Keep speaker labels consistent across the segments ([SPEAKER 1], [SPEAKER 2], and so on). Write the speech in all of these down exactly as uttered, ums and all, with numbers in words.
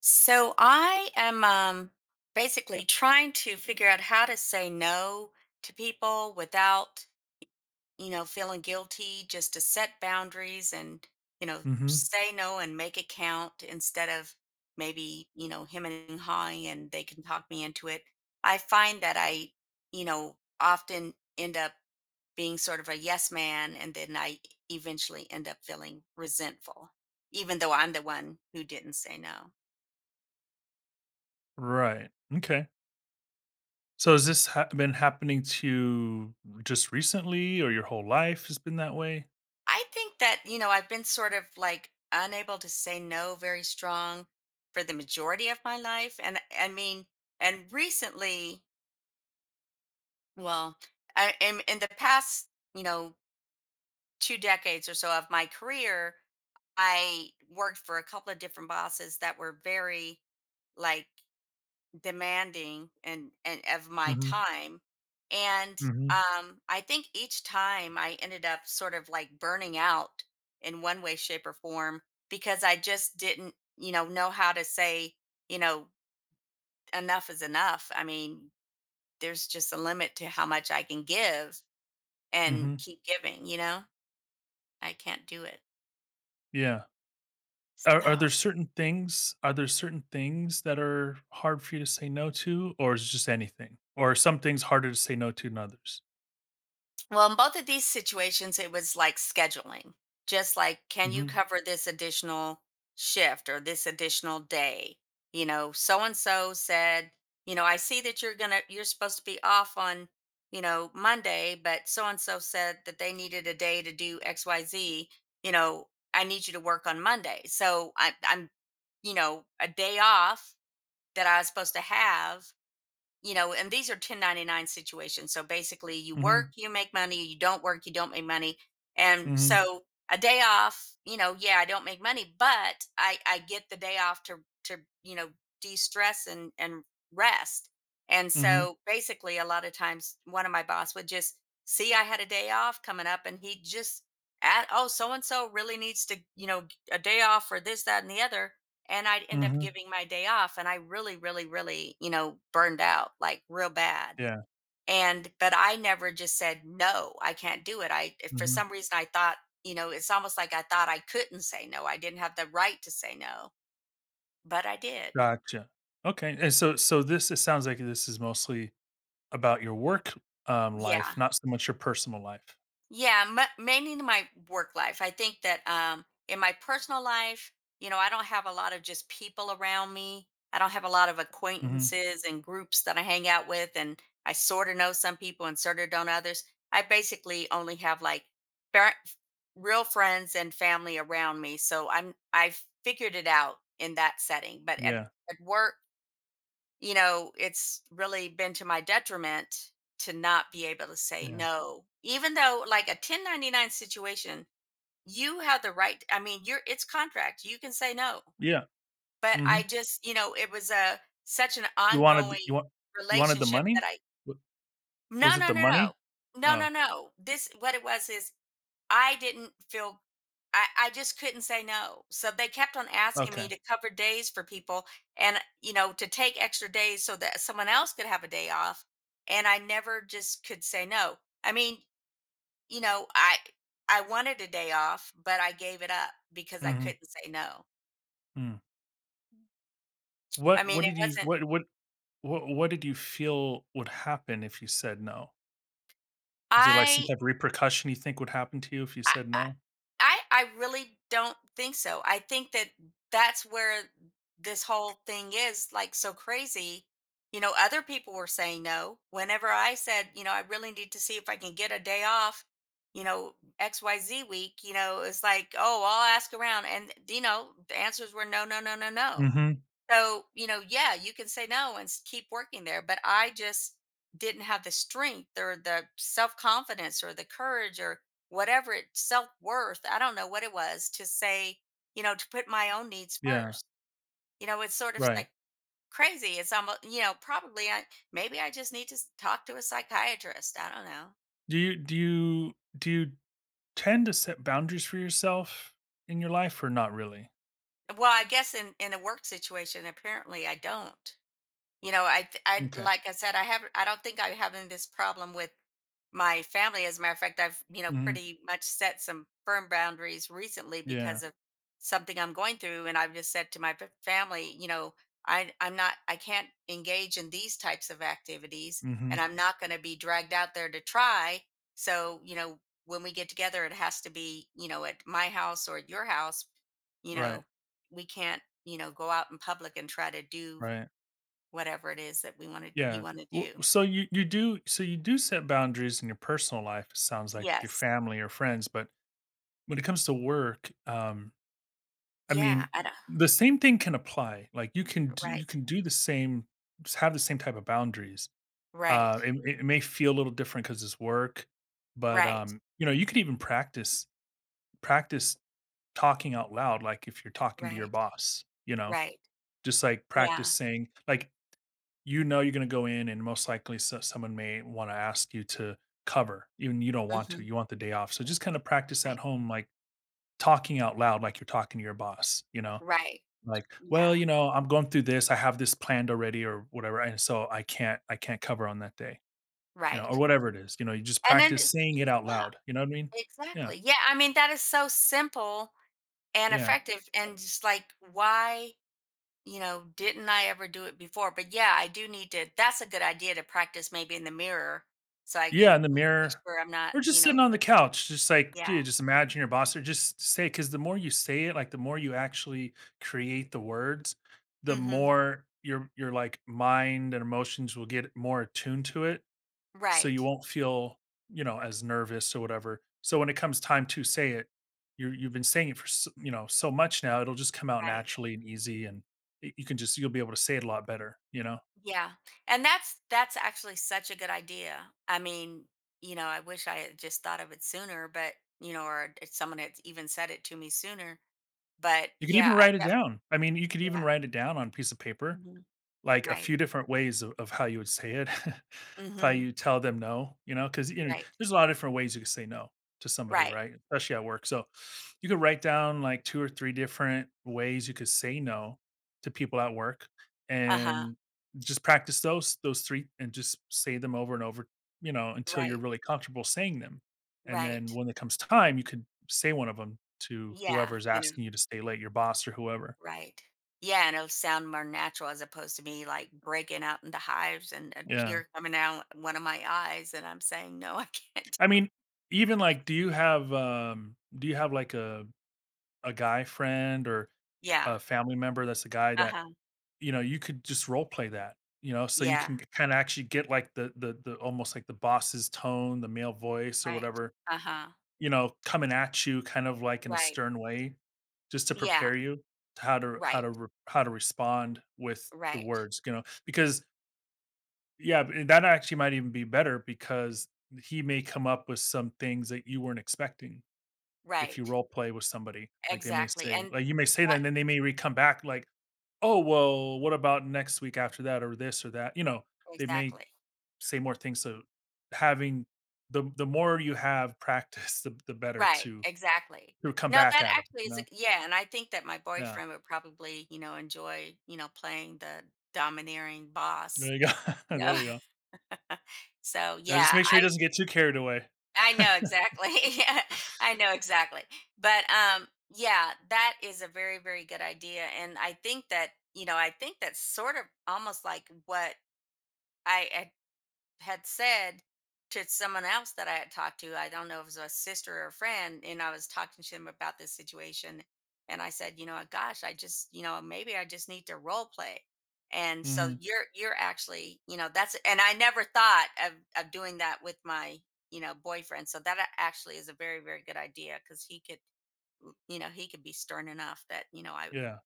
[SPEAKER 1] So I am um, Basically trying to figure out how to say no to people without, you know, feeling guilty, just to set boundaries and, you know,
[SPEAKER 2] hmm
[SPEAKER 1] say no and make it count instead of maybe, you know, him and hawing and they can talk me into it. I find that I, you know, often end up being sort of a yes man and then I eventually end up feeling resentful, even though I'm the one who didn't say no.
[SPEAKER 2] Right. Okay. So has this ha- been happening to you just recently, or your whole life has been that way?
[SPEAKER 1] I think that, you know, I've been sort of like unable to say no very strong for the majority of my life. And I mean, and Recently, well, I, in, in the past, you know, two decades or so of my career, I worked for a couple of different bosses that were very, like, demanding and and of my
[SPEAKER 2] Hmm.
[SPEAKER 1] time and
[SPEAKER 2] Hmm.
[SPEAKER 1] um I think each time I ended up sort of like burning out in one way, shape, or form because I just didn't, you know know how to say, you know, enough is enough. I mean, there's just a limit to how much I can give and
[SPEAKER 2] Hmm.
[SPEAKER 1] keep giving, you know. I can't do it.
[SPEAKER 2] Yeah. Are, are
[SPEAKER 1] So,
[SPEAKER 2] there certain things? Are there certain things that are hard for you to say no to, or is it just anything? Or are some things harder to say no to than others?
[SPEAKER 1] well, in both of these situations, it was like scheduling. Just like, can you
[SPEAKER 2] Hmm.
[SPEAKER 1] cover this additional shift or this additional day? You know, so and so said, you know, I see that you're gonna you're supposed to be off on, you know, Monday, but so and so said that they needed a day to do X Y Z, you know, I need you to work on Monday. So I I'm, you know, a day off that I was supposed to have, you know, and these are ten ninety-nine situations. So basically, you work,
[SPEAKER 2] Hmm.
[SPEAKER 1] you make money, you don't work, you don't make money. And
[SPEAKER 2] Hmm.
[SPEAKER 1] so a day off, you know, yeah, I don't make money, but I I get the day off to to, you know, de-stress and and rest. And
[SPEAKER 2] Hmm.
[SPEAKER 1] so basically a lot of times one of my boss would just see I had a day off coming up and he would just at, oh, so and so really needs to, you know, a day off for this, that, and the other, and I'd end up
[SPEAKER 2] Hmm.
[SPEAKER 1] giving my day off and I really, really, really, you know, burned out like real bad.
[SPEAKER 2] Yeah.
[SPEAKER 1] And but I never just said no, I can't do it. I, if for
[SPEAKER 2] Hmm.
[SPEAKER 1] some reason I thought, you know, it's almost like I thought I couldn't say no. I didn't have the right to say no, but I did.
[SPEAKER 2] Gotcha. Okay. And so, so this it sounds like this is mostly about your work um,
[SPEAKER 1] Yeah.
[SPEAKER 2] life, not so much your personal life.
[SPEAKER 1] Yeah, m- mainly in my work life. I think that um, in my personal life, you know, I don't have a lot of just people around me. I don't have a lot of
[SPEAKER 2] Mhm.
[SPEAKER 1] acquaintances and groups that I hang out with, and I sort of know some people and sort of don't others. I basically only have like fair- real friends and family around me. So I'm I've figured it out in that setting. But at,
[SPEAKER 2] Yeah,
[SPEAKER 1] at work, you know, it's really been to my detriment to not be able to say
[SPEAKER 2] yeah,
[SPEAKER 1] no. Even though like a ten ninety-nine situation, you have the right, I mean, you're, it's contract. You can say no.
[SPEAKER 2] yeah,
[SPEAKER 1] But I
[SPEAKER 2] mhm.
[SPEAKER 1] just, you know, it was a such an
[SPEAKER 2] You wanted th- you
[SPEAKER 1] ongoing
[SPEAKER 2] want you wanted the
[SPEAKER 1] relationship that
[SPEAKER 2] money?
[SPEAKER 1] I,
[SPEAKER 2] Wa Was
[SPEAKER 1] no,
[SPEAKER 2] it
[SPEAKER 1] no,
[SPEAKER 2] the
[SPEAKER 1] no, no.
[SPEAKER 2] money?
[SPEAKER 1] No,
[SPEAKER 2] Oh,
[SPEAKER 1] no, no. This what it was is I didn't feel, I I just couldn't say no. So they kept on asking
[SPEAKER 2] okay.
[SPEAKER 1] me to cover days for people and, you know, to take extra days so that someone else could have a day off, and I never just could say no. I mean, you know, I I wanted a day off, but I gave it up because I
[SPEAKER 2] Mhm,
[SPEAKER 1] couldn't say no.
[SPEAKER 2] mm.
[SPEAKER 1] I
[SPEAKER 2] What
[SPEAKER 1] mean,
[SPEAKER 2] what
[SPEAKER 1] it
[SPEAKER 2] did you
[SPEAKER 1] wasn't,
[SPEAKER 2] what what what what did you feel would happen if you said no? Is there, like, some
[SPEAKER 1] I
[SPEAKER 2] type of repercussion you think would happen to you if you
[SPEAKER 1] I
[SPEAKER 2] said no?
[SPEAKER 1] I I really don't think so. I think that that's where this whole thing is like so crazy. You know, other people were saying no. Whenever I said, you know, I really need to see if I can get a day off, you know, X Y Z week, you know, it's like, oh, I'll ask around. And, you know, the answers were no, no, no, no, no.
[SPEAKER 2] Mhm.
[SPEAKER 1] So, you know, yeah, you can say no and s- keep working there. But I just didn't have the strength or the self confidence or the courage or whatever, it self worth. I don't know what it was to say, you know, to put my own needs
[SPEAKER 2] Yeah,
[SPEAKER 1] first. You know, it's sort of
[SPEAKER 2] right.
[SPEAKER 1] like crazy. It's almost, you know, probably I, maybe I just need to s- talk to a psychiatrist. I don't know.
[SPEAKER 2] Do you do you do you tend to set boundaries for yourself in your life or not really?
[SPEAKER 1] Well, I guess in in a work situation, apparently I don't. You know, I th- I,
[SPEAKER 2] Okay.
[SPEAKER 1] like I said, I have, I don't think I'm having this problem with my family. As a matter of fact, I've, you know,
[SPEAKER 2] Mhm.
[SPEAKER 1] pretty much set some firm boundaries recently
[SPEAKER 2] Yeah.
[SPEAKER 1] because of something I'm going through, and I've just said to my fa- family, you know, I I'm not, I can't engage in these types of activities, and
[SPEAKER 2] Mhm.
[SPEAKER 1] I'm not going to be dragged out there to try. So you know, when we get together, it has to be, you know, at my house or at your house. You
[SPEAKER 2] Right,
[SPEAKER 1] know, we can't, you know, go out in public and try to do
[SPEAKER 2] right.
[SPEAKER 1] whatever it is that we wanna you
[SPEAKER 2] Yeah.
[SPEAKER 1] wanna
[SPEAKER 2] W
[SPEAKER 1] do.
[SPEAKER 2] so you you do so you do set boundaries in your personal life, it sounds like, with your
[SPEAKER 1] Yes.
[SPEAKER 2] family or friends, but when it comes to work, um, I
[SPEAKER 1] Yeah,
[SPEAKER 2] mean,
[SPEAKER 1] I don't.
[SPEAKER 2] the same thing can apply. Like, you can d you
[SPEAKER 1] Right,
[SPEAKER 2] can do the same, just have the same type of boundaries.
[SPEAKER 1] right,
[SPEAKER 2] Uh, it it may feel a little different because it's work, but,
[SPEAKER 1] right,
[SPEAKER 2] um, you know, you could even practice practice talking out loud, like, if you're talking to your
[SPEAKER 1] right,
[SPEAKER 2] boss, you know?
[SPEAKER 1] right.
[SPEAKER 2] Just, like, practice
[SPEAKER 1] Yeah.
[SPEAKER 2] saying like, you know, you're going to go in and most likely so- someone may want to ask you to cover even you don't want to,
[SPEAKER 1] Mhm.
[SPEAKER 2] you want the day off, so just kind of practice at
[SPEAKER 1] Right.
[SPEAKER 2] home, like talking out loud like you're talking to your boss, you know,
[SPEAKER 1] Right.
[SPEAKER 2] like,
[SPEAKER 1] Yeah,
[SPEAKER 2] well, you know, I'm going through this, I have this planned already or whatever, and so i can't i can't cover on that day, you know, or
[SPEAKER 1] right.
[SPEAKER 2] whatever it is, you know, you just
[SPEAKER 1] And then
[SPEAKER 2] practice
[SPEAKER 1] it's,
[SPEAKER 2] saying it out
[SPEAKER 1] yeah,
[SPEAKER 2] loud, you know what I mean? Yeah,
[SPEAKER 1] exactly. Yeah, I mean, that is so simple and
[SPEAKER 2] yeah.
[SPEAKER 1] effective and just like, why, you know, didn't I ever do it before? But yeah, I do need to, that's a good idea to practice maybe in the mirror so I
[SPEAKER 2] Yeah, in
[SPEAKER 1] can
[SPEAKER 2] the
[SPEAKER 1] make
[SPEAKER 2] mirror
[SPEAKER 1] sure I'm not,
[SPEAKER 2] or
[SPEAKER 1] you
[SPEAKER 2] just
[SPEAKER 1] know,
[SPEAKER 2] sitting on the
[SPEAKER 1] look-
[SPEAKER 2] couch, just like,
[SPEAKER 1] yeah.
[SPEAKER 2] dude, just imagine your boss or just say, because the more you say it, like, the more you actually create the words, the
[SPEAKER 1] Mhm.
[SPEAKER 2] more your your, like, mind and emotions will get more attuned to it, so
[SPEAKER 1] Right,
[SPEAKER 2] you won't feel, you know, as nervous or whatever. So when it comes time to say it, you you've been saying it for s you know, so much now, it'll just come out
[SPEAKER 1] right.
[SPEAKER 2] naturally and easy, and y you can just you'll be able to say it a lot better, you know?
[SPEAKER 1] Yeah. And that's that's actually such a good idea. I mean, you know, I wish I had just thought of it sooner, but you know, or if someone had even said it to me sooner. But
[SPEAKER 2] You could
[SPEAKER 1] yeah,
[SPEAKER 2] even
[SPEAKER 1] I
[SPEAKER 2] write it
[SPEAKER 1] definitely,
[SPEAKER 2] down. I mean, you could even
[SPEAKER 1] yeah.
[SPEAKER 2] write it down on a piece of paper,
[SPEAKER 1] Mhm,
[SPEAKER 2] like, a
[SPEAKER 1] right.
[SPEAKER 2] few different ways of of how you would say it, how
[SPEAKER 1] Hmm.
[SPEAKER 2] you tell them no, you know, because, you know,
[SPEAKER 1] Right.
[SPEAKER 2] there's a lot of different ways you can say no to somebody,
[SPEAKER 1] Right.
[SPEAKER 2] right? Especially at work. So, you could write down, like, two or three different ways you could say no to people at work
[SPEAKER 1] Uh-huh.
[SPEAKER 2] and just practice those those three and just say them over and over, you know, until you're
[SPEAKER 1] Right.
[SPEAKER 2] really comfortable saying them. And then
[SPEAKER 1] Right.
[SPEAKER 2] when it comes time, you could say one of them to
[SPEAKER 1] Yeah.
[SPEAKER 2] whoever's
[SPEAKER 1] And it,
[SPEAKER 2] asking you to stay late, your boss or whoever.
[SPEAKER 1] right. Yeah, and it'll sound more natural as opposed to me like breaking out into hives and a
[SPEAKER 2] Yeah.
[SPEAKER 1] tear coming out one of my eyes and I'm saying, no, I can't.
[SPEAKER 2] I mean, even like, do you have, um, do you have like a a guy friend or
[SPEAKER 1] Yeah.
[SPEAKER 2] a family member that's a guy that,
[SPEAKER 1] Uh-huh.
[SPEAKER 2] you know, you could just role play that, you know, so you
[SPEAKER 1] Yeah.
[SPEAKER 2] can kind of actually get, like, the the the almost like the boss's tone, the male voice or
[SPEAKER 1] Right.
[SPEAKER 2] whatever,
[SPEAKER 1] Uh-huh.
[SPEAKER 2] you know, coming at you kind of like in a
[SPEAKER 1] Right.
[SPEAKER 2] stern way, just to
[SPEAKER 1] Yeah.
[SPEAKER 2] prepare you to how to how
[SPEAKER 1] Right.
[SPEAKER 2] to re- how to respond with the
[SPEAKER 1] Right.
[SPEAKER 2] words, you know, because yeah, b- that actually might even be better because he may come up with some things that you weren't expecting. If you
[SPEAKER 1] Right.
[SPEAKER 2] role play with somebody, like, they may
[SPEAKER 1] Exactly.
[SPEAKER 2] say
[SPEAKER 1] And
[SPEAKER 2] like, you may say that,
[SPEAKER 1] that,
[SPEAKER 2] and then they may re come back like, "Oh, well, what about next week after that or this or that?" You know, they may
[SPEAKER 1] exactly.
[SPEAKER 2] say more things, so having the the more you have practice, the the better
[SPEAKER 1] Right.
[SPEAKER 2] to
[SPEAKER 1] Exactly.
[SPEAKER 2] to come
[SPEAKER 1] Now
[SPEAKER 2] back
[SPEAKER 1] that
[SPEAKER 2] at them.
[SPEAKER 1] actually
[SPEAKER 2] You
[SPEAKER 1] is,
[SPEAKER 2] know?
[SPEAKER 1] yeah, and I think that my
[SPEAKER 2] Yeah.
[SPEAKER 1] boyfriend would probably, you know, enjoy, you know, playing the domineering boss.
[SPEAKER 2] There you go.
[SPEAKER 1] You
[SPEAKER 2] There
[SPEAKER 1] know.
[SPEAKER 2] you go.
[SPEAKER 1] So
[SPEAKER 2] Yeah, just
[SPEAKER 1] yeah,
[SPEAKER 2] make sure he
[SPEAKER 1] I
[SPEAKER 2] doesn't get too carried away.
[SPEAKER 1] I know exactly. Yeah. I know exactly. But um yeah, that is a very, very good idea. And I think that, you know, I think that's sort of almost like what I had said to someone else that I had talked to, I don't know if it was a sister or a friend, and I was talking to them about this situation. And I said, you know, gosh, I just, you know, maybe I just need to role play. And so
[SPEAKER 2] Mhm.
[SPEAKER 1] you're you're actually, you know, that's, and I never thought of of doing that with my, you know, boyfriend. So that a- actually is a very, very good idea because he could, mm, you know, he could be stern enough that, you know, I,
[SPEAKER 2] Yeah.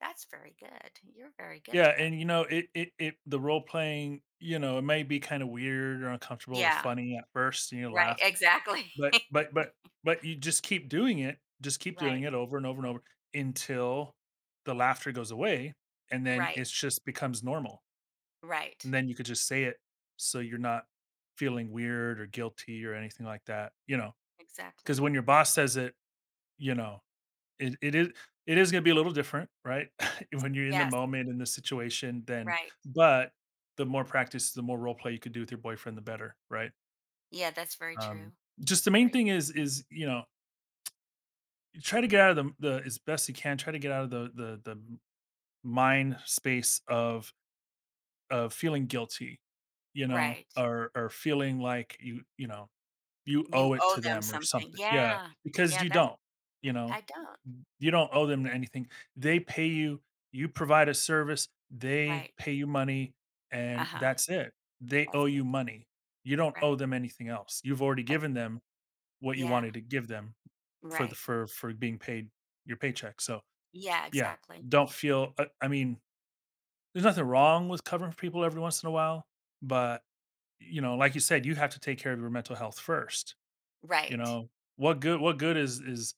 [SPEAKER 1] that's very good. You're very good
[SPEAKER 2] Yeah,
[SPEAKER 1] at it.
[SPEAKER 2] and, you know, it it it the role playing, you know, it may be kinda weird or uncomfortable or
[SPEAKER 1] Yeah.
[SPEAKER 2] funny at first, and you
[SPEAKER 1] Right,
[SPEAKER 2] laugh.
[SPEAKER 1] exactly.
[SPEAKER 2] But but but but you just keep doing it, just keep doing
[SPEAKER 1] Right.
[SPEAKER 2] it over and over and over until the laughter goes away, and then it
[SPEAKER 1] Right.
[SPEAKER 2] just becomes normal,
[SPEAKER 1] Right.
[SPEAKER 2] and
[SPEAKER 1] Exactly.
[SPEAKER 2] then you could just say it so you're not feeling weird or guilty or anything like that, you know. Because
[SPEAKER 1] Exactly.
[SPEAKER 2] when your boss says it, you know, it it is it is gonna be a little different, right? When you're in the
[SPEAKER 1] Yes,
[SPEAKER 2] moment, in the situation, then,
[SPEAKER 1] right.
[SPEAKER 2] but the more practice, the more role play you could do with your boyfriend, the better, right?
[SPEAKER 1] Yeah, that's very
[SPEAKER 2] Um,
[SPEAKER 1] true.
[SPEAKER 2] just the main
[SPEAKER 1] Right.
[SPEAKER 2] thing is is, you know, try to get out of the, the as best you can, try to get out of the the the mind space of of feeling guilty, you know,
[SPEAKER 1] Right.
[SPEAKER 2] or or feeling like you you know you
[SPEAKER 1] You
[SPEAKER 2] owe it
[SPEAKER 1] owe
[SPEAKER 2] to
[SPEAKER 1] them
[SPEAKER 2] them or
[SPEAKER 1] something.
[SPEAKER 2] something, yeah,
[SPEAKER 1] Yeah.
[SPEAKER 2] because
[SPEAKER 1] Yeah,
[SPEAKER 2] you
[SPEAKER 1] that's,
[SPEAKER 2] don't, you know,
[SPEAKER 1] I don't.
[SPEAKER 2] you don't owe them anything. They pay you. You provide a service. They
[SPEAKER 1] Right.
[SPEAKER 2] pay you money, and
[SPEAKER 1] Uh-huh.
[SPEAKER 2] that's it. They owe
[SPEAKER 1] That's
[SPEAKER 2] you
[SPEAKER 1] it.
[SPEAKER 2] money. You don't owe
[SPEAKER 1] Right.
[SPEAKER 2] them anything else. You've already
[SPEAKER 1] Ex,
[SPEAKER 2] given them what you
[SPEAKER 1] yeah.
[SPEAKER 2] wanted to give them for the
[SPEAKER 1] Right.
[SPEAKER 2] for for being paid, your paycheck. So
[SPEAKER 1] Yeah,
[SPEAKER 2] yeah,
[SPEAKER 1] exactly.
[SPEAKER 2] don't feel, I I mean, there's nothing wrong with covering for people every once in a while, but, you know, like you said, you have to take care of your mental health first, you
[SPEAKER 1] Right.
[SPEAKER 2] know? What good what good is is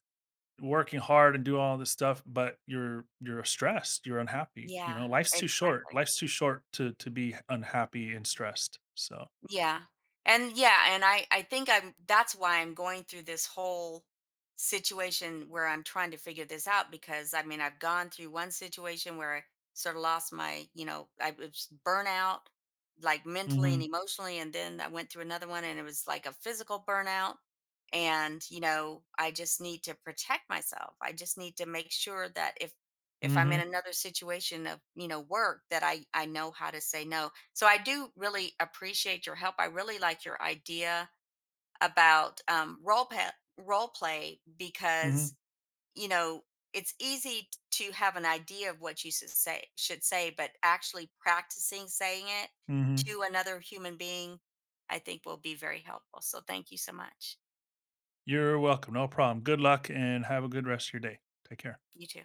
[SPEAKER 2] working hard and do all this stuff, but you're you're stressed, you're unhappy, you
[SPEAKER 1] Yeah,
[SPEAKER 2] know? Life's too short.
[SPEAKER 1] exactly.
[SPEAKER 2] Life's too short to to be unhappy and stressed, so
[SPEAKER 1] Yeah. And yeah, and I I think I'm, that's why I'm going through this whole situation where I'm trying to figure this out because I mean, I've gone through one situation where I sort of lost my, you know, I was burnout like mentally and
[SPEAKER 2] mhm,
[SPEAKER 1] emotionally, and then I went through another one and it was like a physical burnout, and you know, I just need to protect myself. I just need to make sure that if if I'm in
[SPEAKER 2] mhm,
[SPEAKER 1] another situation of, you know, work, that I I know how to say no, so I do really appreciate your help. I really like your idea about um, role play, role play because
[SPEAKER 2] mhm,
[SPEAKER 1] you know it's easy t- to have an idea of what you should say should say, but actually practicing saying it
[SPEAKER 2] mhm.
[SPEAKER 1] to another human being, I think will be very helpful. So thank you so much.
[SPEAKER 2] You're welcome, no problem. Good luck and have a good rest of your day. Take care.
[SPEAKER 1] You too.